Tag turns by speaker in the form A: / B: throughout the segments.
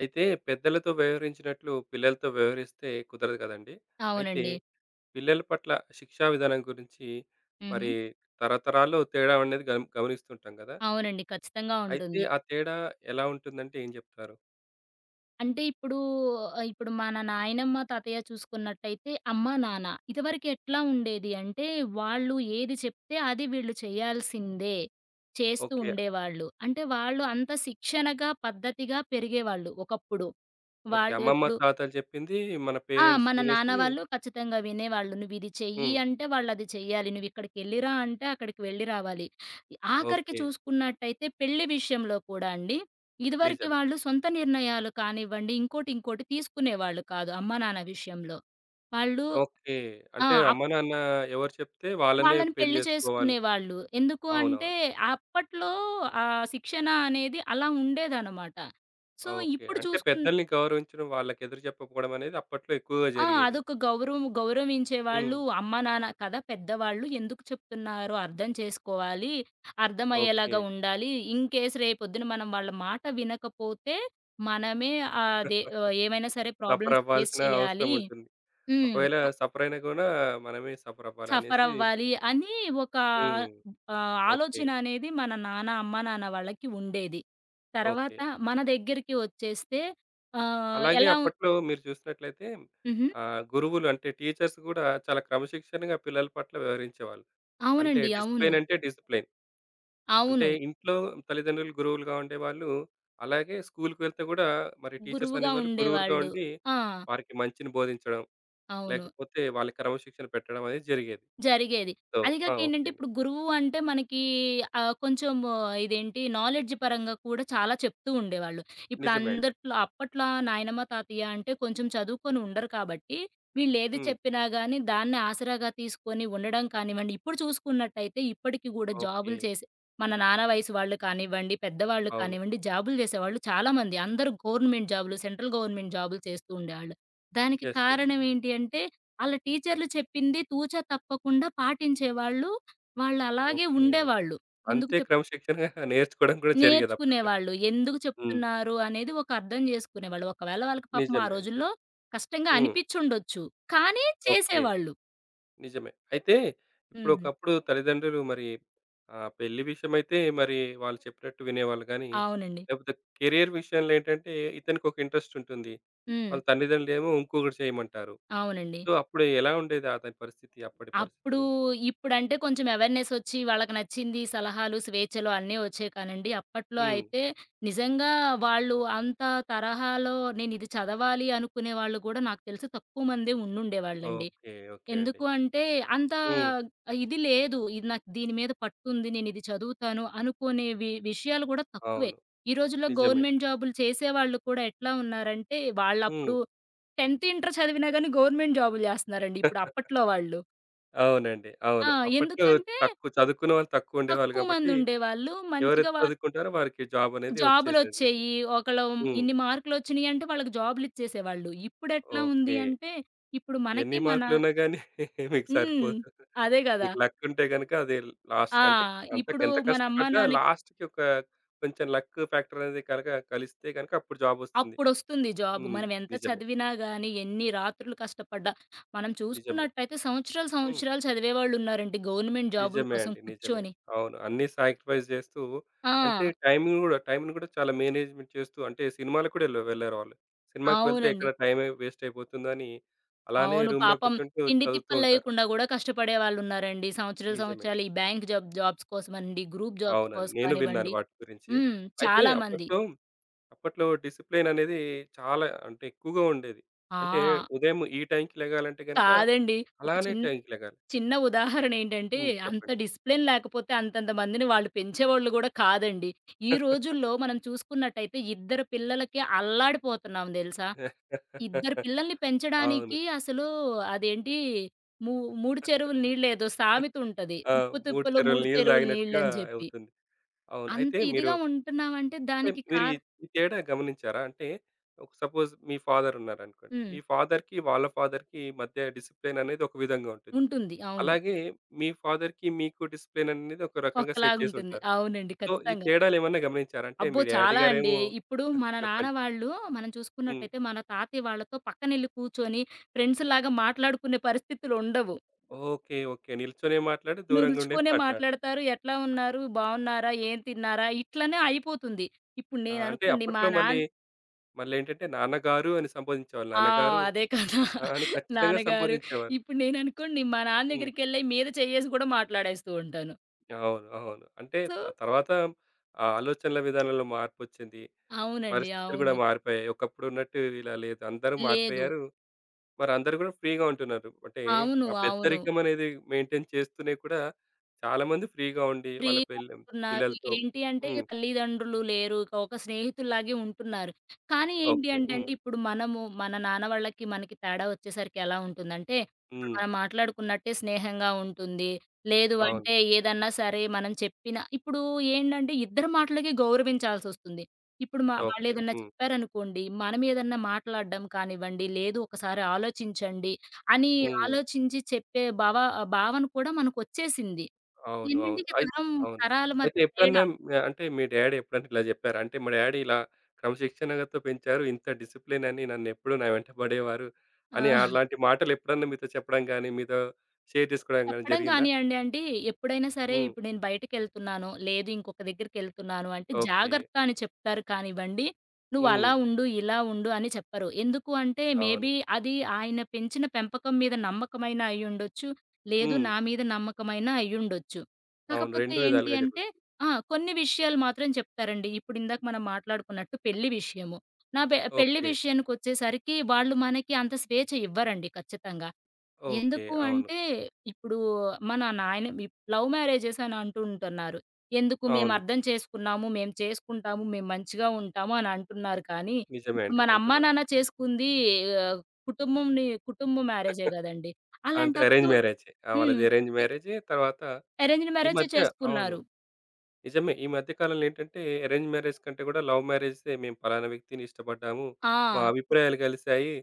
A: అయితే పెద్దలతో వ్యవహరించినట్లు పిల్లలతో వ్యవహరిస్తే కుదరదు కదండీ! అయితే
B: అవునండి.
A: పిల్లల పట్ల శిక్షా విధానం గురించి
B: హుహు.
A: మరి తరతరాల్లో తేడా అనేది గమనిస్తుంటాం గదా!
B: అవునండి. ఖచ్చితంగా
A: అయితే
B: ఉంటుంది.
A: ఆ తేడా ఎలా ఉంటుందంటే ఏం జెప్తారు?
B: అంటే ఇప్పుడు మన నాయనమ్మ, తాతయ్య చూసుకున్నట్టయితే అమ్మ, నాన్న ఇదివరకు ఎట్లా ఉండేది అంటే వాళ్ళు ఏది చెప్తే అది వీళ్ళు చేయాల్సిందే. చేస్తూ
A: ఓకే.
B: ఉండేవాళ్ళు. అంటే వాళ్ళు అంత శిక్షణగా, పద్ధతిగా పెరిగేవాళ్ళు ఒకప్పుడు.
A: ఓకే.
B: వాళ్ళు
A: అమ్మమ్మ,
B: ఇప్పుడు
A: తాతలు జెప్పింది మన
B: ఆ!
A: పేరెంట్స్
B: మన నాన్న
A: వినేసి.
B: వాళ్ళు ఖచ్చితంగా వినేవాళ్ళు. "నువ్విది చెయ్యి"
A: హ్మ్.
B: అంటే వాళ్ళది చెయ్యాలి. "నువ్విక్కడికెళ్ళిరా" అంటే అక్కడికి వెళ్ళి రావాలి. ఆఖరికి
A: ఓకే.
B: చూసుకున్నట్టయితే పెళ్లి విషయంలో కూడా అండి, ఇదివరకి
A: నిజమే.
B: వాళ్ళు సొంత నిర్ణయాలు కానివ్వండి, ఇంకోటి ఇంకోటి తీసుకునేవాళ్ళు కాదు అమ్మా, నాన్న విషయంలో. వాళ్ళు
A: ఓకే.
B: ఆ!
A: అంటే అమ్మ, నాన్న ఎవరు చెప్తే వాళ్ళనే
B: వాళ్ళని
A: పెళ్లి
B: పెళ్లి
A: జేసుకోవాలి.
B: చేసుకునేవాళ్ళు. ఎందుకు అంటే
A: అవునవును.
B: అప్పట్లో ఆ శిక్షణ అనేది అలా ఉండేదనమాట. So,
A: okay.
B: ఇప్పుడు
A: అంటే
B: చూసుకున్
A: పెద్దల్ని గౌరవించడం, వాళ్ళకి ఎదురు జెప్పకపోవడం అనేది అప్పట్లో ఎక్కువగా
B: ఆ!
A: జరిగేది.
B: అదొక గౌరవం
A: హ్మ్.
B: గౌరవించేవాళ్ళు అమ్మ, నాన్న కదా పెద్దవాళ్ళు. ఎందుకు చెప్తున్నారో అర్థం చేసుకోవాలి.
A: ఓకే.
B: అర్థమయ్యేలాగా ఉండాలి. ఇన్ కేస్ రేపొద్దున మనం వాళ్ళ మాట వినకపోతే మనమే ఏమైనా సరే
A: సఫర్
B: ప్రాబ్లమ్స్ ఫేస్
A: అవ్వాల్సిన అవసరం
B: చేయాలి.
A: ఉంటుంది.
B: హ్మ్.
A: ఒకవేళ సఫర్ అయినా గూడా మనమే సఫర్
B: సఫర్
A: అవ్వాలనేసి.
B: అవ్వాలి అని ఒక
A: హ్మ్. ఓకే.
B: ఆలోచన అనేది మన అమ్మ, నాన్న వాళ్ళకి ఉండేది.
A: ఓకే.
B: తర్వాత మన దగ్గరికి వచ్చేస్తే ఆహ్,
A: అలాగే
B: ఎలా ఉ
A: అప్పట్లో మీరు చూసినట్లయితే
B: హుహు.
A: గురువులు అంటే టీచర్స్ గూడా చాలా క్రమశిక్షణగా పిల్లల పట్ల వ్యవహరించేవాళ్ళు. అంటే
B: అవునండి. అవును.
A: డిసిప్లిన్ అంటే డిసిప్లిన్. అంటే
B: అవును.
A: ఇంట్లో తల్లిదండ్రులు గురువులుగా ఉండేవాళ్ళు. అలాగే స్కూలుకి వెళ్తే గూడా మరి టీచర్స్
B: గురువుగా
A: అనేవాళ్ళు గురువులుగా
B: ఉండేవాళ్ళు.
A: ఉండి
B: ఆ!
A: వారికి మంచిని బోధించడం,
B: అవును.
A: లేకపోతే వాళ్ళకి క్రమశిక్షణ పెట్టడం అనేది జరిగేది.
B: జరిగేది.
A: సో
B: అది
A: ఆ!
B: గాక
A: ఓకే
B: ఏంటంటే,
A: అండి.
B: ఇప్పుడు గురువు అంటే మనకి కొంచెం ఇదేంటి నాలెడ్జ్ పరంగా కూడా చాలా చెప్తూ ఉండేవాళ్ళు. ఇప్పుడు
A: నిజమే అండి.
B: అప్పట్లో నాయనమ్మ, తాతయ్య అంటే కొంచెం చదువుకొని ఉండరు కాబట్టి, వీళ్ళేది
A: హ్మ్.
B: చెప్పినా గాని దాన్ని ఆసరాగా తీసుకొని ఉండడం కానివ్వండి, ఇప్పుడు చూసుకున్నట్టయితే ఇప్పటికి గూడా
A: ఓకే.
B: జాబులు చేసే మన నాన్న వయసు వాళ్ళు కానివ్వండి, పెద్దవాళ్ళు
A: అవును.
B: కానివ్వండి, జాబులు చేసేవాళ్ళు చాలామంది. అందరూ గవర్నమెంట్ జాబులు, సెంట్రల్ గవర్నమెంట్ జాబులు చేస్తూ ఉండేవాళ్ళు. దానికి
A: యెస్. యెస్.
B: కారణం ఏంటి అంటే ఆళ్ళ టీచర్లు చెప్పింది తూచా తప్పకుండా పాటించేవాళ్ళు. వాళ్ళలాగే
A: ఓకే.
B: ఉండేవాళ్ళు. ఎందుకు
A: అంతే
B: చెప్
A: క్రమశిక్షణగా నేర్చుకోవడం కూడా జరిగేదప్పట్లో.
B: నేర్చుకునేవాళ్ళు. ఎందుకు
A: హ్మ్.
B: చెప్తున్నారు అనేది ఒక అర్థం జేసుకునేవాళ్ళు. ఒకవేళ వాళ్ళకి పాపం ఆ
A: నిజమే అండి.
B: రోజుల్లో కష్టంగా
A: హ్మ్.
B: అనిపిచ్చుండొచ్చు. కానీ
A: ఓకే.
B: చేసేవాళ్ళు.
A: నిజమే. అయితే ఇప్పుడు
B: హ్మ్.
A: ఒకప్పుడు తల్లిదండ్రులు మరి పెళ్లి విషయమైతే మరి వాళ్ళు చెప్పినట్టు వినేవాళ్ళు గానీ,
B: అవునండి.
A: లేకపోతే కెరియర్ విషయంలో ఏంటంటే ఇతనికొక ఇంట్రెస్ట్ ఉంటుంది.
B: హ్మ్.
A: వాళ్ళ తల్లిదండ్రులేమో ఇంకొకటి చేయమంటారు.
B: అవునండి.
A: సో, అప్పుడు ఎలా ఉండేది అతని పరిస్థితి? అప్పటి
B: అప్పుడు,
A: పరిస్థితులు?
B: ఇప్పుడంటే కొంచెం అవేర్‌నెస్ ఒచ్చి వాళ్ళకి నచ్చింది సలహాలు, స్వేచ్ఛలు అన్నీ ఒచ్చాయి కానండి. అప్పట్లో
A: హ్మ్.
B: అయితే నిజంగా వాళ్ళు అంత తరహాలో నేనిది చదవాలి అనుకునే వాళ్ళు గూడా నాకు తెలిసి తక్కువ మందే ఉండుండేవాళ్ళండి.
A: ఓకే. ఓకే అండి.
B: ఎందుకు అంటే అంత
A: హ్మ్.
B: ఇది లేదు. ఇది నాకు దీని మీద పట్టుంది. నేనిది చదువుతాను అనుకునే విషయాలు గూడా తక్కువే.
A: అవును.
B: ఈ రోజుల్లో
A: నిజమే.
B: గవర్నమెంట్ జాబులు చేసేవాళ్ళు కూడా ఎట్లా ఉన్నారంటే
A: హ్మ్.
B: వాళ్ళప్పుడు 10థ్, ఇంటర్ చదివినా గాని గవర్నమెంట్ జాబులు జేస్తన్నారండి ఇప్పుడు అప్పట్లో వాళ్ళు.
A: అవునండి.
B: ఆ!
A: అవును. అప్పట్లో
B: ఎందుకంటే
A: తక్కువ చదువుకున్న వాళ్ళు తక్కువుండేవాళ్ళు
B: తక్కువ
A: గాబట్టి,
B: మందుండేవాళ్ళు. మంచిగా
A: ఎవరైతే
B: వ
A: చదువుకుంటారో వారికి జాబనేది వచ్చేసేది
B: జాబులొచ్చేయి.
A: ఈజీగా.
B: ఒకళ్ళు
A: హ్మ్.
B: ఇన్ని మార్కులొచ్చినియంటే వాళ్ళకి జాబులిచ్చేసేవాళ్ళు. ఇప్పుడెట్లా ఉంది
A: ఓకే.
B: అంటే, ఇప్పుడు
A: ఎన్ని
B: మనకి మన
A: మార్కులున్నా గానీ మీకు
B: హ్మ్.
A: సరిపోదు.
B: అదే గదా!
A: మీకు లక్కుంటే గనక అది
B: ఆ!
A: లాస్ట్‌కి అంటే అంత
B: ఇప్పుడు
A: ఎంత
B: మన అమ్మా
A: కష్టపడ్డా
B: నాన్నకి
A: లాస్ట్‌కి ఒక కొంచెం లక్ ఫ్యాక్టర్ అనేది కనుక కలిస్తే గనక అప్పుడు జాబొస్తుంది.
B: అప్పుడొస్తుంది జాబు.
A: హ్మ్.
B: మనమెంత
A: నిజమే.
B: చదివినా గానీ, ఎన్ని రాత్రులు కష్టపడ్డా మనం
A: నిజమే.
B: చూసుకున్నట్టయితే సంవత్సరాలు,
A: హ్మ్.
B: సంవత్సరాలు చదివేవాళ్ళున్నారండి గవర్నమెంట్ జాబుల
A: నిజమే
B: కోసం
A: అండి. నిజమే.
B: కూర్చొని.
A: అవును. అన్నీ సాక్రిఫైస్ చేస్తూ అంటే
B: ఆ!
A: టైమింగ్ గూడా, టైంని గూడా చాలా మేనేజ్‌మెంట్ చేస్తూ అంటే సినిమాలకు కూడా వెళ్లారు వాళ్ళు. సినిమాకి వెళ్తే
B: అవునండి.
A: ఎక్కడ టైమే వేస్ట్ అయిపోతుందని అలానే
B: అవును.
A: రూమ్‌లో
B: పాపం
A: కూర్చుంటూ
B: తిండి
A: చదువుతూ
B: తిప్పలు
A: ఉంటారు.
B: లేకుండా గూడా కష్టపడే వాళ్ళున్నారండి. సంవత్సరాలు,
A: నిజమే.
B: సంవత్సరాలు ఈ బ్యాంక్ జాబ్స్ కోసమనండి, గ్రూప్ జాబ్స్
A: అవునండి.
B: కోసం
A: నేను విన్నాను
B: కానివ్వండి.
A: వాటి గురించి.
B: హ్మ్.
A: అయితే
B: చాలామంది.
A: అప్పట్లో, అప్పట్లో డిసిప్లిన్ అనేది చాలా అంటే ఎక్కువగా ఉండేది.
B: ఆ!
A: అంటే ఉదయం ఈ టైంకి లెగాలంటే గనక
B: కాదండి. ఒక
A: అలానే టైంకి లెగాలి.
B: చిన్న ఉదాహరణ ఏంటంటే,
A: హ్మ్.
B: అంత
A: చెప్పండి.
B: డిసిప్లిన్ లేకపోతే అంతంత మందిని వాళ్ళు పెంచేవాళ్ళు గూడా కాదండి. ఈ రోజుల్లో మనం చూసుకున్నట్టయితే ఇద్దరు పిల్లలకి అల్లాడిపోతున్నాం దెలుసా? ఇద్దరు పిల్లల్ని
A: అవును.
B: పెంచడానికి అసలు అదేంటి మూ 3 చెరువుల నీళ్ళేదో సామెతుంటది.
A: ఆ!
B: 'ముప్పు
A: 3
B: తిప్పలు
A: చెరువుల
B: 3
A: నీళ్ళు
B: చెరువుల
A: తాగినట్టుగా
B: నీళ్ళని' జెప్పి.
A: అవుతుంది. అవును.
B: అంత
A: అయితే మీరు
B: ఇదిగా ఉంటున్నామంటే
A: అంటే
B: దానికి
A: మీరు ఈ
B: కార్
A: ఈ తేడా గమనించారా? అంటే ఒక సపోజ్ మీ ఫాదర్ ఉన్నారనుకోండి.
B: హ్మ్.
A: మీ ఫాదర్‌కి, వాళ్ళ ఫాదర్‌కి మధ్య డిసిప్లిన్ అనేది ఒక విధంగా ఉంటుంది.
B: ఉంటుంది. అవును.
A: అలాగే మీ ఫాదర్‌కి మీకు డిసిప్లిన్ అనేది ఒక రకంగా సెట్
B: ఒక్కలాగుంటుంది.
A: చేసుంటారు.
B: అవునండి.
A: సో, ఈ
B: ఖచ్చితంగా.
A: తేడాలు ఏమన్నా గమనించారా? అంటే
B: అబ్బో!
A: మీ డ్యాడీ
B: చాలా అండి.
A: గారేమో
B: ఇప్పుడు మన నాన్న
A: చెప్పండి.
B: వాళ్ళు మనం
A: హ్మ్.
B: చూసుకున్నట్టయితే మన తాతయ్య వాళ్ళతో పక్కనెళ్లి కూర్చొని ఫ్రెండ్స్‌లాగా మాట్లాడుకునే పరిస్థితులుండవు.
A: ఓకే. ఓకే. నిల్చొనే మాట్లాడు, దూరంగా ఉండే
B: నిలుచుకునే
A: మాట్లాడు.
B: మాట్లాడతారు. "ఎట్లా ఉన్నారు? బావున్నారా? ఏం తిన్నారా?" ఇట్లనే అయిపోతుంది. ఇప్పుడు
A: ఆ! అంటే
B: నేననుకోండి మా
A: అప్పట్లో మళ్ళీ
B: నాన్న
A: మళ్ళేంటంటే నాన్నగారు అని సంబోధించేవాళ్ళు.
B: ఆ!
A: నాన్నగారు
B: అదే కదా!
A: ఆ! అని ఖచ్చితంగా
B: నాన్నగారు.
A: సంబోధించేవారు.
B: ఇప్పుడు నేననుకోండి మా నాన్న
A: హ్మ్.
B: దగ్గరికెళ్ళి మీద చెయ్యేసి కూడా మాట్లాడేస్తూ ఉంటాను.
A: అవును. అవును. అంటే
B: సో,
A: తర్వాత ఆ ఆలోచనల విధానంలో మార్పొచ్చింది.
B: అవునండి.
A: పరిస్థితులు గూడా
B: అవును.
A: మారిపోయాయి. ఒకప్పుడు ఉన్నట్టు ఇలా లేదు. అందరూ
B: లేదు.
A: మారిపోయారు. మరి అందరూ గూడా ఫ్రీగా ఉంటున్నారు. అంటే
B: అవును.
A: ఆ
B: అవును.
A: పెద్దరికం అనేది మెయింటైన్ చేస్తూనే కూడా చాలామంది ఫ్రీగా ఉండి వాళ్ళ
B: ఫ్రీగా ఉంటున్నారు.
A: పిల్లలతో.
B: ఏంటి అంటే ఇక
A: హ్మ్.
B: తల్లిదండ్రులు లేరు. ఇక ఒక స్నేహితుల్లాగే ఉంటున్నారు. కానీ ఏంటి
A: ఓకే.
B: అంటే
A: హ్మ్.
B: అండి, ఇప్పుడు మనము మన నాన్న వాళ్ళకి, మనకి తేడా వచ్చేసరికి ఎలా ఉంటుందంటే, ఇప్పుడు
A: హ్మ్.
B: మనం మాట్లాడుకున్నట్టే స్నేహంగా ఉంటుంది. లేదు
A: అవును.
B: అంటే ఏదన్నా సరే మనం చెప్పిన ఇప్పుడు ఏంటంటే ఇద్దరి మాటలకి గౌరవించాల్సొస్తుంది. ఇప్పుడు మా
A: ఓకే.
B: వాళ్ళేదన్నా
A: హ్మ్.
B: చెప్పారనుకోండి, మనం ఏదన్నా మాట్లాడడం కానివ్వండి, లేదు ఒకసారి ఆలోచించండి అని
A: హ్మ్.
B: ఆలోచించి చెప్పే భావన కూడా మనకొచ్చేసింది.
A: అవును. అవును.
B: ఎన్నింటికి తరం
A: అవును.
B: తరాల మధ్య
A: అయితే ఎప్పుడన్నా
B: తేడా.
A: అంటే మీ డ్యాడీ ఎప్పుడన్నా ఇలా జెప్పారా? అంటే మా డ్యాడీ ఇలా క్రమశిక్షణతో పెంచారు. ఇంత డిసిప్లిన్ అని నన్నెప్పుడు నా వెంట పడేవారు
B: ఆ!
A: అని అలాంటి మాటలు ఎప్పుడన్నా మీతో చెప్పడం గాని, మీతో షేర్ చేసుకోవడం గాని
B: చెప్పడం
A: జరిగిందా?
B: కానియండి. అంటే ఎప్పుడైనా సరే
A: హ్మ్.
B: ఇప్పుడు నేను బయటికెళ్తున్నాను, లేదు ఇంకొక దగ్గరికెళ్తున్నాను అంటే
A: ఓకే.
B: జాగ్రత్త అని చెప్తారు కానివ్వండి, నువ్వు
A: హ్మ్.
B: అలా ఉండు, ఇలా ఉండు అని చెప్పరు. ఎందుకు అంటే
A: అవును.
B: మేబీ అది ఆయన పెంచిన పెంపకం మీద నమ్మకమైనా అయ్యుండొచ్చు, లేదు
A: హ్మ్.
B: నా మీద నమ్మకమైనా అయ్యుండొచ్చు.
A: అవును.
B: కాకపోతే
A: 2
B: ఏంటి
A: విధాలుగా
B: అంటే
A: జరుగుతుంది.
B: ఆ! కొన్ని విషయాలు మాత్రం చెప్తారండి. ఇప్పుడు ఇందాక మనం మాట్లాడుకున్నట్టు పెళ్లి విషయము. నా పెళ్లి
A: ఓకే.
B: విషయానికొచ్చేసరికి వాళ్ళు మనకి అంత స్వేచ్ఛ ఇవ్వరండి ఖచ్చితంగా.
A: ఓకే.
B: ఎందుకు
A: అవును.
B: అంటే, ఇప్పుడు నా నాయన లవ్ మ్యారేజెస్ అని అంటూ ఉంటున్నారు. ఎందుకు మేము
A: అవును.
B: అర్థం చేసుకున్నాము, మేము చేసుకుంటాము, మేము మంచిగా ఉంటాము అని అంటున్నారు. కానీ,
A: నిజమే
B: ఇప్పుడు
A: అండి.
B: మన అమ్మా,
A: అంటున్నారు.
B: నాన్న చేసుకుంది ఆహ్, కుటుంబ మ్యారేజే గదండీ!
A: అంటే అరేంజ్
B: అలాంటప్పుడు
A: మ్యారేజే. ఆ!
B: హ్మ్.
A: వాళ్ళది అరేంజ్
B: ఎ
A: మ్యారేజే. తర్వాత
B: అరేంజ్డ్
A: ఈ
B: మ్యారేజే
A: మధ్య అవును.
B: చేసుకున్నారు.
A: నిజమే. ఈ మధ్య కాలంలో ఏంటంటే, అరేంజ్ మ్యారేజ్ కంటే గూడా లవ్ మ్యారేజెసే మేము పలానా వ్యక్తిని ఇష్టపడ్డాము. మా
B: ఆ!
A: అభిప్రాయాలు కలిసాయి.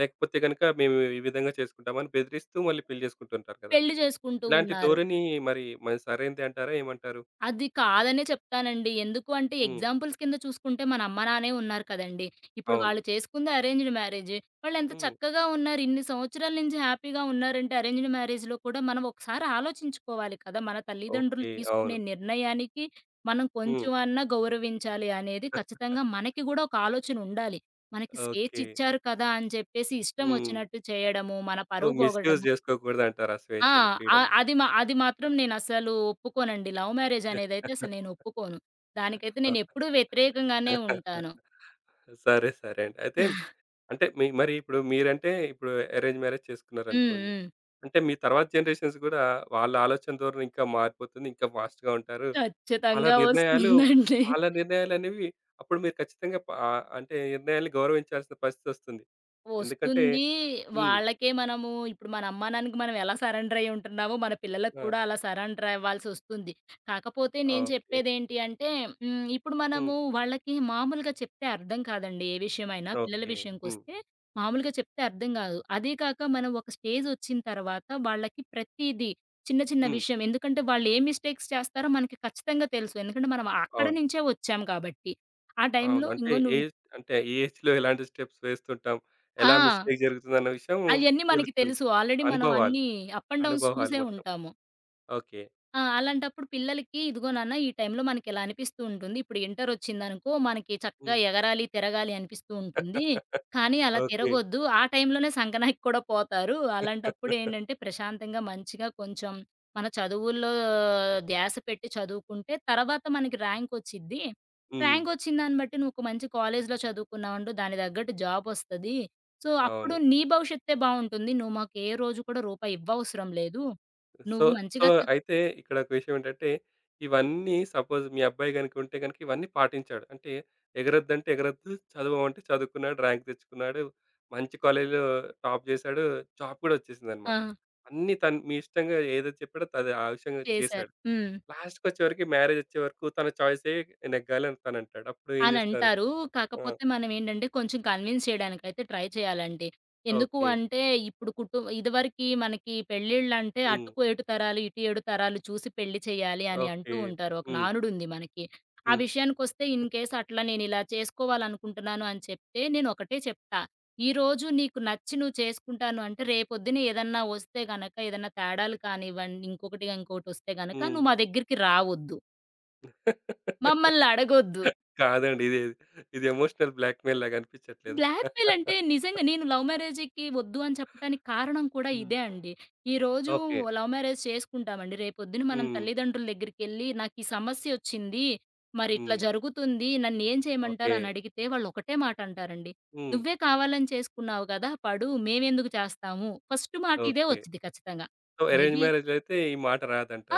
A: లేకపోతే గనక మేము ఈ విధంగా చేసుకుంటామని బెదిరిస్తూ మళ్ళీ పెళ్లి చేసుకుంటుంటారు కదా!
B: పెళ్లి చేసుకుంటూ
A: ఇలాంటి
B: ఉన్నారు.
A: ధోరణి మరి మరి సరైనదే అంటారా? ఏమంటారు?
B: అది కాదనే చెప్తానండి. ఎందుకు అంటే
A: హ్మ్.
B: ఎగ్జాంపుల్స్ కింద చూసుకుంటే మన అమ్మ, నాన్నే ఉన్నారు కదండీ! ఇప్పుడు
A: అవును.
B: వాళ్ళు చేసుకుంది అరేంజ్డ్ మ్యారేజే. వాళ్ళెంత
A: హ్మ్.
B: చక్కగా ఉన్నారు. ఇన్ని సంవత్సరాల నుంచి హ్యాపీగా ఉన్నారంటే అరేంజ్డ్ మ్యారేజ్‌లో కూడా మనం ఒకసారి ఆలోచించుకోవాలి కదా! మన తల్లిదండ్రులు
A: ఓకే. అవును.
B: తీసుకునే నిర్ణయానికి మనం
A: హ్మ్.
B: కొంచెం అన్నా గౌరవించాలి అనేది ఖచ్చితంగా మనకి గూడా ఒక ఆలోచన ఉండాలి. మనకి స్వేచ్ఛ
A: ఓకే.
B: ఇచ్చారు కదా! అని చెప్పేసి ఇష్టం
A: హ్మ్.
B: వచ్చినట్టు చేయడము, మన
A: సో,
B: పరువు
A: మిస్‌యూజ్
B: పోగడము
A: జేసుకోకూడదంటారు ఆ
B: ఆ!
A: స్వేచ్ఛని, ఫ్రీడమ్‌ని.
B: అది మాత్రం నేనసలు ఒప్పుకోనండి. లవ్ మ్యారేజ్ అనేదైతే అసలు నేను ఒప్పుకోను. దానికైతే నేనెప్పుడూ వ్యతిరేకంగానే ఉంటాను.
A: సరే. సరే అండి. అయితే అంటే మీ మరి ఇప్పుడు మీరంటే ఇప్పుడు అరేంజ్ మ్యారేజ్
B: హ్మ్.
A: చేసుకున్నారనుకోండి.
B: హ్మ్.
A: అంటే మీ తర్వాత జనరేషన్స్ గూడా వాళ్ళ ఆలోచన ధోరణి ఇంకా మారిపోతుంది. ఇంకా ఫాస్ట్‌గా ఉంటారు. వాళ్ళ
B: ఖచ్చితంగా
A: నిర్ణయాలు
B: వస్తుందండి.
A: వాళ్ళ నిర్ణయాలనేవి అప్పుడు మీరు ఖచ్చితంగా అంటే నిర్ణయాల్ని గౌరవించాల్సిన పరిస్థితొస్తుంది. ఎందుకంటే
B: వస్తుంది.
A: హ్మ్.
B: వాళ్ళకే మనము ఇప్పుడు మన అమ్మానాన్నకి మనం ఎలా సరెండర్ అయ్యి ఉంటున్నామో, మన పిల్లలకి
A: ఆ!
B: కూడా అలా సరెండర్ అవ్వాల్సొస్తుంది. కాకపోతే
A: ఆ,
B: నేను
A: ఓకే.
B: చెప్పేదేంటి అంటే, హ్మ్, ఇప్పుడు
A: హ్మ్.
B: మనము వాళ్ళకి మామూలుగా చెప్తే అర్థం కాదండి. ఏ విషయమైనా పిల్లల
A: ఓకే. హ్మ్.
B: విషయంకొస్తే మామూలుగా చెప్తే అర్థం కాదు. అదే కాక మనం ఒక స్టేజొచ్చిన తర్వాత వాళ్ళకి ప్రతీదీ చిన్న చిన్న
A: హ్మ్.
B: విషయం ఎందుకంటే వాళ్ళు ఏ మిస్టేక్స్ చేస్తారో మనకి ఖచ్చితంగా తెలుసు. ఎందుకంటే మనం అక్కడ
A: అవును.
B: నుంచే వచ్చాం కాబట్టి. ఆ
A: అవును.
B: టైంలో
A: అంటే
B: ఇంగో నువ్వు
A: ఏజ్‌లో ఎలాంటి స్టెప్స్ వేస్తుంటాం, ఎలా
B: ఆ!
A: మిస్టేక్ జరుగుతుందన్న విషయం
B: అయన్నీ మనకి
A: తెలుస్తుంది.
B: తెలుసు. ఆల్రెడీ మనం
A: అనుభవాలు,
B: అన్నీ అప్ అండ్ డౌన్స్
A: అనుభవాలు
B: చూసే
A: మొత్తం.
B: ఉంటాము.
A: ఓకే.
B: ఆ! అలాంటప్పుడు పిల్లలకి, "ఇదిగో నాన్న ఈ టైంలో మనకిలా అనిపిస్తూ ఉంటుంది. ఇప్పుడు ఇంటరొచ్చిందనుకో మనకి చక్కగా ఎగరాలి, తిరగాలి అనిపిస్తూ ఉంటుంది. కానీ అలా
A: హ్మ్. ఓకే.
B: తిరగొద్దు. ఆ టైంలోనే సంకనాకి కూడా పోతారు. అలాంటప్పుడు ఏంటంటే ప్రశాంతంగా మంచిగా కొంచెం మన చదువుల్లో ధ్యాస పెట్టి చదువుకుంటే తర్వాత మనకి ర్యాంకొచ్చిద్ది.
A: హ్మ్.
B: ర్యాంకొచ్చిన దాన్ని బట్టి నువ్వు ఒక మంచి కాలేజ్‌లో చదువుకున్నావనుకో దానికి తగ్గట్టు జాబొస్తది. సో, అప్పుడు
A: అవును.
B: నీ భవిష్యత్తే బావుంటుంది. నువ్వు మాకు ఏ రోజు కూడా రూపాయి ఇవ్వవసరం లేదు.
A: సో,
B: నువ్వు
A: సో,
B: మంచిగా చద్"
A: అయితే ఇక్కడ ఒక విషయం ఏంటంటే, ఇవన్నీ సపోజ్ మీ అబ్బాయి గనుక ఉంటే గనుక ఇవన్నీ పాటించాడు. అంటే ఎగరొద్దంటే ఎగరొద్దు, చదవమంటే చదువుకున్నాడు, ర్యాంక్ తెచ్చుకున్నాడు, మంచి కాలేజ్‌లో టాప్ చేశాడు, జాబ్ కూడా
B: ఆ!
A: వచ్చేసిందన్నమాట. అన్నీ తను మీ ఇష్టంగా ఏదైతే చెప్పాడో అది ఆ విషయంగా
B: చేశారు.
A: చేశాడు.
B: హ్మ్.
A: లాస్ట్‌కొచ్చేవరికి మ్యారేజొచ్చే వరకు మ్యారేజ్ వచ్చే వరకు తన చాయిసే నెగ్గాలని తనంటాడు. అప్పుడు ఏం జేస్తారు?
B: అనంటారు.
A: ఆ!
B: కాకపోతే మనమేంటంటే, కొంచెం కన్విన్స్ చేయడానికైతే ట్రై చేయాలండి. ఎందుకు
A: ఓకే.
B: అంటే, ఇప్పుడు ఇదివరకి మనకి పెళ్ళిళ్ళంటే,
A: హ్మ్.
B: అటుకు ఏటు తరాలు, ఇటు ఏడు తరాలు చూసి పెళ్లి చేయాలి అని అంటూ
A: ఓకే.
B: ఉంటారు. ఒక
A: హ్మ్.
B: నానుడుంది మనకి. ఆ
A: హ్మ్.
B: విషయానికొస్తే, ఇన్ కేస్ అట్లా నేనిలా చేసుకోవాలనుకుంటున్నాను అని చెప్తే, నేనొకటే చెప్తా. ఈరోజు నీకు నచ్చి నువ్వు చేసుకుంటాను అంటే, రేపొద్దున ఏదన్నా వస్తే గనక, ఏదన్నా తేడాలు కానివ్వండి, ఇంకొకటి ఇంకొకటొస్తే గనక, నువ్వు
A: హ్మ్.
B: మా దగ్గరికి రావొద్దు. మమ్మల్ని అడగొద్దు.
A: కాదండి. ఇది ఇది ఎమోషనల్ బ్లాక్‌మెయిల్ లాగా అనిపించట్లేదా?
B: బ్లాక్‌మెయిల్ అంటే నిజంగా నేను లవ్ మ్యారేజ్‌కి వద్దు అని చెప్పటానికి కారణం కూడా
A: హ్మ్.
B: ఇదే అండి. ఈరోజు
A: ఓకే.
B: లవ్ మ్యారేజ్ చేసుకుంటామండి. రేపొద్దున మనం
A: హ్మ్.
B: తల్లిదండ్రుల దగ్గరికెళ్ళి నాకీ సమస్యొచ్చింది. మరి ఇట్లా
A: హ్మ్.
B: జరుగుతుంది. నన్నేం చేయమంటారు
A: ఓకే.
B: అని అడిగితే వాళ్ళు ఒకటే మాట అంటారండి.
A: హ్మ్.
B: "నువ్వే కావాలని చేసుకున్నావు కదా! పడు. మేమెందుకు చేస్తాము." ఫస్ట్ మాట ఇదే
A: ఓకే.
B: వచ్చిద్ది ఖచ్చితంగా.
A: సో, అరేంజ్
B: మేబీ
A: మ్యారేజ్‌లో అయితే ఈ మాట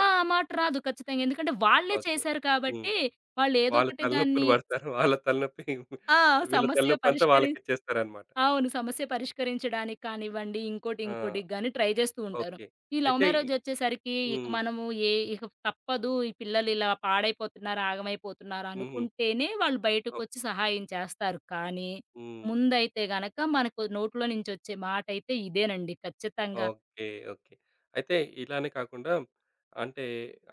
B: ఆ! ఆ మాట రాదు ఖచ్చితంగా. ఎందుకంటే వాళ్ళే
A: ఓకే.
B: చేశారు
A: హ్మ్.
B: కాబట్టి వాళ్ళేదో
A: వాళ్ళు
B: ఒకటి
A: తలనొప్పులు
B: దాన్ని
A: పడతారు. వాళ్ళ తలనొప్పి
B: ఆ!
A: వీళ్ళ
B: సమస్య
A: తలనొప్పంతా
B: పరిష్కరి
A: వాళ్ళకిచ్చేస్తారనమాట.
B: అవును. సమస్య పరిష్కరించడానికి కానివ్వండి, ఇంకోటి
A: ఆ!
B: ఇంకోటికి గాని ట్రై చేస్తూ ఉంటారు.
A: ఓకే.
B: ఈ లవ్
A: అయితే
B: మ్యారేజ్ వచ్చేసరికి ఇక
A: హ్మ్.
B: మనము ఏ ఇక తప్పదు ఈ పిల్లలు ఇలా పాడైపోతున్నారు, ఆగమైపోతున్నారు
A: హుహు.
B: అనుకుంటేనే వాళ్ళు బయటకొచ్చి
A: ఓకే.
B: సహాయం చేస్తారు. కానీ
A: హ్మ్.
B: ముందైతే గనక మనకు నోట్లో నుంచి వచ్చే మాటైతే ఇదేనండి ఖచ్చితంగా.
A: ఓకే. ఓకే. అయితే ఇలానే కాకుండా అంటే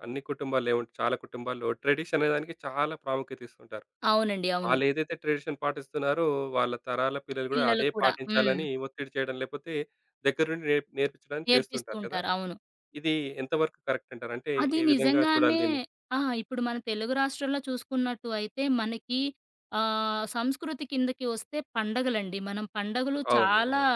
A: అన్ని కుటుంబాల్లో ఏముంటే చాలా కుటుంబాల్లో ట్రెడిషన్ అనే దానికి చాలా ప్రాముఖ్యత ఇస్తుంటారు.
B: అవునండి. అవును.
A: వాళ్ళేదైతే ట్రెడిషన్ పాటిస్తున్నారో వాళ్ళ తరాల పిల్లలు గూడా
B: పిల్లలు
A: అదే
B: కూడా. హ్మ్.
A: పాటించాలని ఒత్తిడి చేయడం, లేకపోతే దగ్గరుండి నేర్పించడానికి
B: నేర్పిస్తూ
A: చేస్తుంటారు కదా!
B: ఉంటారు. అవును.
A: ఇది ఎంతవరకు కరెక్ట్ అంటారు? అంటే
B: అది
A: ఏ విధంగా చూడాలి
B: నిజంగానే
A: దీన్ని?
B: ఆ! ఇప్పుడు మన తెలుగు రాష్ట్రాల్లో చూసుకున్నట్టు అయితే మనకి సంస్కృతి కిందకి వస్తే పండగలండి. మనం పండగలు
A: అవును.
B: చాలా
A: అవును.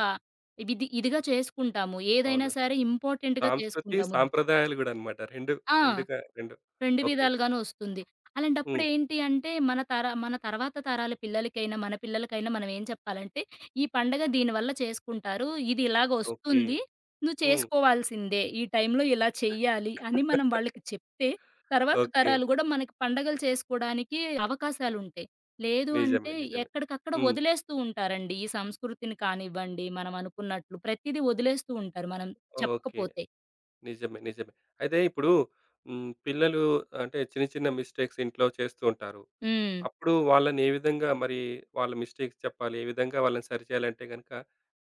B: ఇదిగా చేసుకుంటాము. ఏదైనా
A: అవును.
B: సరే ఇంపార్టెంట్‌గా
A: సాంస్కృతి,
B: చేసుకుంటాము.
A: సాంప్రదాయాలు గూడా అన్నమాట. 2
B: ఆ!
A: 2 2
B: రెండు
A: ఓకే.
B: విధాలుగాను ఒస్తుంది. అలాంటప్పుడు
A: హ్మ్.
B: ఏంటి అంటే, మన తర్వాత తరాల పిల్లలకైనా, మన పిల్లలకైనా మనం ఏం చెప్పాలంటే, ఈ పండగ దీనివల్ల చేసుకుంటారు. ఇది
A: ఓకే.
B: ఇలాగొస్తుంది. నువ్వు
A: హ్మ్.
B: చేసుకోవాల్సిందే. ఈ టైంలో ఇలా చెయ్యాలి అని మనం వాళ్ళకి చెప్తే, తర్వాత
A: ఓకే.
B: తరాలు గూడా మనకి పండగలు చేసుకోడానికి అవకాశాలుంటాయి. లేదు
A: నిజమే.
B: అంటే
A: నిజమే.
B: ఎక్కడికక్కడ
A: హ్మ్.
B: వదిలేస్తూ ఉంటారండి. ఈ సంస్కృతిని కానివ్వండి, మనం అనుకున్నట్లు ప్రతీదీ వదిలేస్తూ ఉంటారు మనం
A: ఓకే.
B: చెప్పకపోతే.
A: నిజమే. నిజమే. అయితే ఇప్పుడు హ్మ్. పిల్లలు అంటే చిన్న చిన్న మిస్టేక్స్ ఇంట్లో చేస్తూ ఉంటారు.
B: హ్మ్.
A: అప్పుడు వాళ్ళని ఏ విధంగా మరి వాళ్ళ మిస్టేక్స్ చెప్పాలి? ఏ విధంగా వాళ్ళని సరిచేయాలంటే గనుక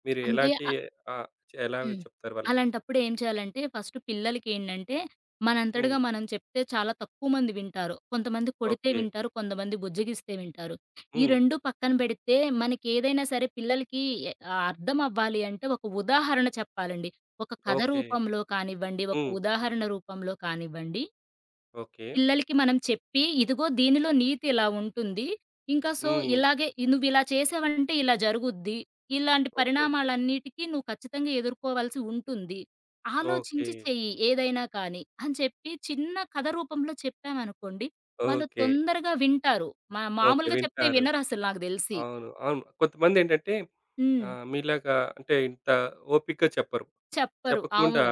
A: మీరు
B: అంటే
A: ఎలాంటి ఆహ్, ఎలా
B: హ్మ్.
A: చెప్తారు వాళ్ళకి?
B: అలాంటప్పుడు ఏం చేయాలంటే ఫస్ట్ పిల్లలకేంటంటే,
A: హ్మ్.
B: మనంతటగా మనం చెప్తే చాలా తక్కువ మంది వింటారు. కొంతమంది కొడితే
A: ఓకే.
B: వింటారు. కొంతమంది బుజ్జగిస్తే వింటారు. ఈ
A: హ్మ్.
B: 2 పక్కన పెడితే మనకేదైనా సరే పిల్లలకి ఎ ఆ అర్థం అవ్వాలి అంటే ఒక ఉదాహరణ చెప్పాలండి. ఒక కథ
A: ఓకే.
B: రూపంలో కానివ్వండి, ఒక
A: హ్మ్.
B: ఉదాహరణ రూపంలో కానివ్వండి
A: ఓకే.
B: పిల్లలకి మనం చెప్పి, ఇదిగో దీనిలో నీతి ఇలా ఉంటుంది.
A: హ్మ్.
B: ఇలాగే నువ్విలా చేసావంటే ఇలా జరుగుద్ది. ఇలాంటి
A: ఓకే.
B: పరిణామాలన్నిటికి నువ్వు ఖచ్చితంగా ఎదుర్కోవాల్సి ఉంటుంది.
A: ఓకే.
B: ఆలోచించి చెయ్యి ఏదైనా కానీ అని చెప్పి చిన్న కథ రూపంలో చెప్పామనుకోండి, వాళ్ళు
A: ఓకే.
B: తొందరగా వింటారు. మా
A: ఓకే.
B: మామూలుగా చెప్తే
A: వింటారు.
B: వినరసలు నాకు దెలిసి.
A: అవును. అవును. కొంతమందేంటంటే
B: హ్మ్.
A: మీలాగా అంటే ఇంత ఓపికగా చెప్పరు.
B: చెప్పరు.
A: చెప్పకుండా
B: అవును.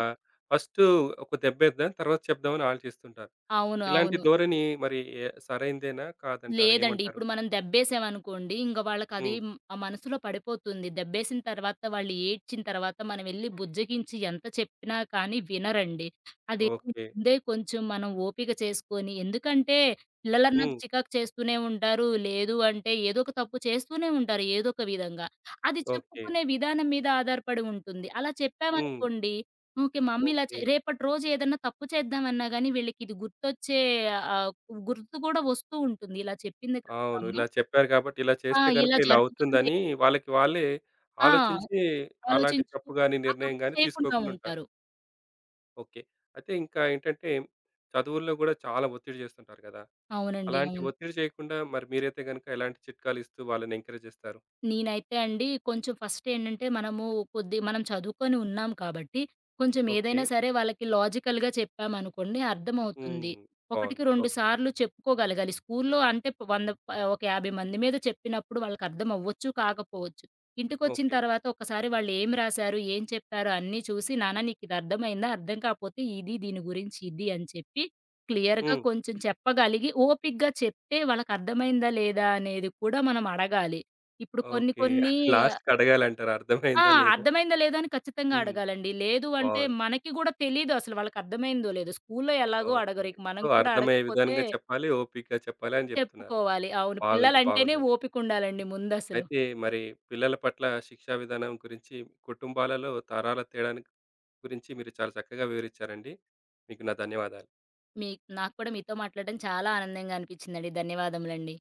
A: ఫస్టు ఒక దెబ్బేద్దాం తర్వాత చెప్దామని ఆలోచిస్తుంటారు.
B: అవును.
A: ఇలాంటి
B: అవును.
A: ధోరణి మరి సరైందేనా? కాదంటారా?
B: లేదండి.
A: ఏమంటారు?
B: ఇప్పుడు మనం దెబ్బేసామనుకోండి, ఇంక వాళ్ళకది
A: హ్మ్.
B: హ్మ్, ఆ మనసులో పడిపోతుంది. దెబ్బేసిన తర్వాత వాళ్ళు ఏడ్చిన తర్వాత మనమెళ్లి బుజ్జగించి ఎంత చెప్పినా కానీ వినరండి. అది
A: ఓకే.
B: ముందే కొంచెం మనం ఓపిక చేసుకొని ఎందుకంటే పిల్లలన్నాక
A: హ్మ్.
B: చికాకు చేస్తూనే ఉంటారు. లేదు అంటే ఏదో ఒక తప్పు చేస్తూనే ఉంటారు ఏదో ఒక విధంగా. అది
A: ఓకే.
B: చెప్పుకునే విధానం మీద ఆధారపడి ఉంటుంది. అలా
A: హ్మ్.
B: చెప్పామనుకోండి ఓకే. మా అమ్మ ఇలా చే
A: ఓకే.
B: రేపటి రోజు ఏదన్నా తప్పు చేద్దామన్నా గాని వీళ్ళకిది గుర్తొచ్చే ఆహ్, గుర్తు కూడా వస్తూ ఉంటుంది. ఇలా చెప్పింది కదా మా
A: అవును. ఇలా
B: అమ్మ.
A: చెప్పారు కాబట్టి ఇలా
B: ఆ!
A: చేస్తే గనుక
B: ఇలా
A: ఇలా
B: జరుగుతుంది.
A: అవుతుందని వాళ్ళకి వాళ్ళే
B: ఆ!
A: ఆలోచించి అలాంటి
B: ఆలోచించుకు
A: తప్పు గాని,
B: ఆ
A: నిర్ణయం
B: తప్పు
A: గాని
B: చేయకుండా
A: తీసుకోకుండా ఉంటారు.
B: ఉంటారు.
A: ఓకే. అయితే ఇంకా ఏంటంటే చదువుల్లో గూడా చాలా ఒత్తిడి చేస్తుంటారు గదా!
B: అవునండి.
A: అలాంటి
B: అవును.
A: ఒత్తిడి చేయకుండా మరి మీరైతే గనుక ఎలాంటి చిట్కాలు ఇస్తూ వాళ్ళని ఎంకరేజ్ చేస్తారు?
B: నేనైతే అండి కొంచెం ఫస్ట్ ఏంటంటే మనము కొద్ది మనం చదువుకొని ఉన్నాం కాబట్టి కొంచెం
A: ఓకే.
B: ఏదైనా సరే వాళ్ళకి లాజికల్‌గా చెప్పామనుకోండి అర్థమవుతుంది.
A: హ్మ్.
B: ఒకటికి
A: బావుంది.
B: రెండు
A: ఓకే.
B: సార్లు చెప్పుకోగలగాలి. స్కూల్లో అంటే 100 ఒక 50 మంది మీద చెప్పినప్పుడు వాళ్ళకి అర్థం అవ్వచ్చు, కాకపోవచ్చు. ఇంటికొచ్చిన
A: ఓకే.
B: తర్వాత ఒకసారి వాళ్ళు ఏం రాసారు, ఏం చెప్పారు అన్నీ చూసి నాన్న నీకిది అర్థమైందా? అర్థం కాపోతే ఇది దీని గురించి ఇది అని చెప్పి క్లియర్‌గా
A: హ్మ్.
B: కొంచెం చెప్పగలిగి ఓపికగా చెప్తే వాళ్ళకి అర్థమైందా లేదా అనేది కూడా మనం అడగాలి. ఇప్పుడు కొన్ని
A: ఓకే.
B: కొన్ని
A: లాస్ట్‌కి అడగాలంటారు
B: ఆ!
A: అర్థమైందా? లేదా?
B: అర్థమైందో లేదో అని ఖచ్చితంగా
A: హ్మ్.
B: అడగాలండి. లేదు అంటే
A: బావుంది.
B: మనకి గూడా తెలీదు అసలు వాళ్ళకర్థమైందో లేదో. స్కూల్లో ఎలాగో
A: ఓకే.
B: అడగరు. ఇక మనం
A: సో,
B: కూడా
A: అర్థమయ్యే
B: అడగపోతే
A: విధంగా చెప్పాలి. ఓపికగా చెప్పాలి అని చెప్తున్నారు.
B: చెప్పుకోవాలి. అవును.
A: బాగుంది.
B: పిల్లలంటేనే
A: బాగుందండి.
B: ఓపికుండాలండి ముందసలు.
A: అయితే మరి పిల్లల పట్ల శిక్షా విధానం గురించి, కుటుంబాలలో తరాల తేడాని గురించి మీరు చాలా చక్కగా వివరించారండి. మీకు నా ధన్యవాదాలు.
B: మీ నాకు కూడా మీతో మాట్లాడడం చాలా ఆనందంగా అనిపించిందండి. ధన్యవాదములండి.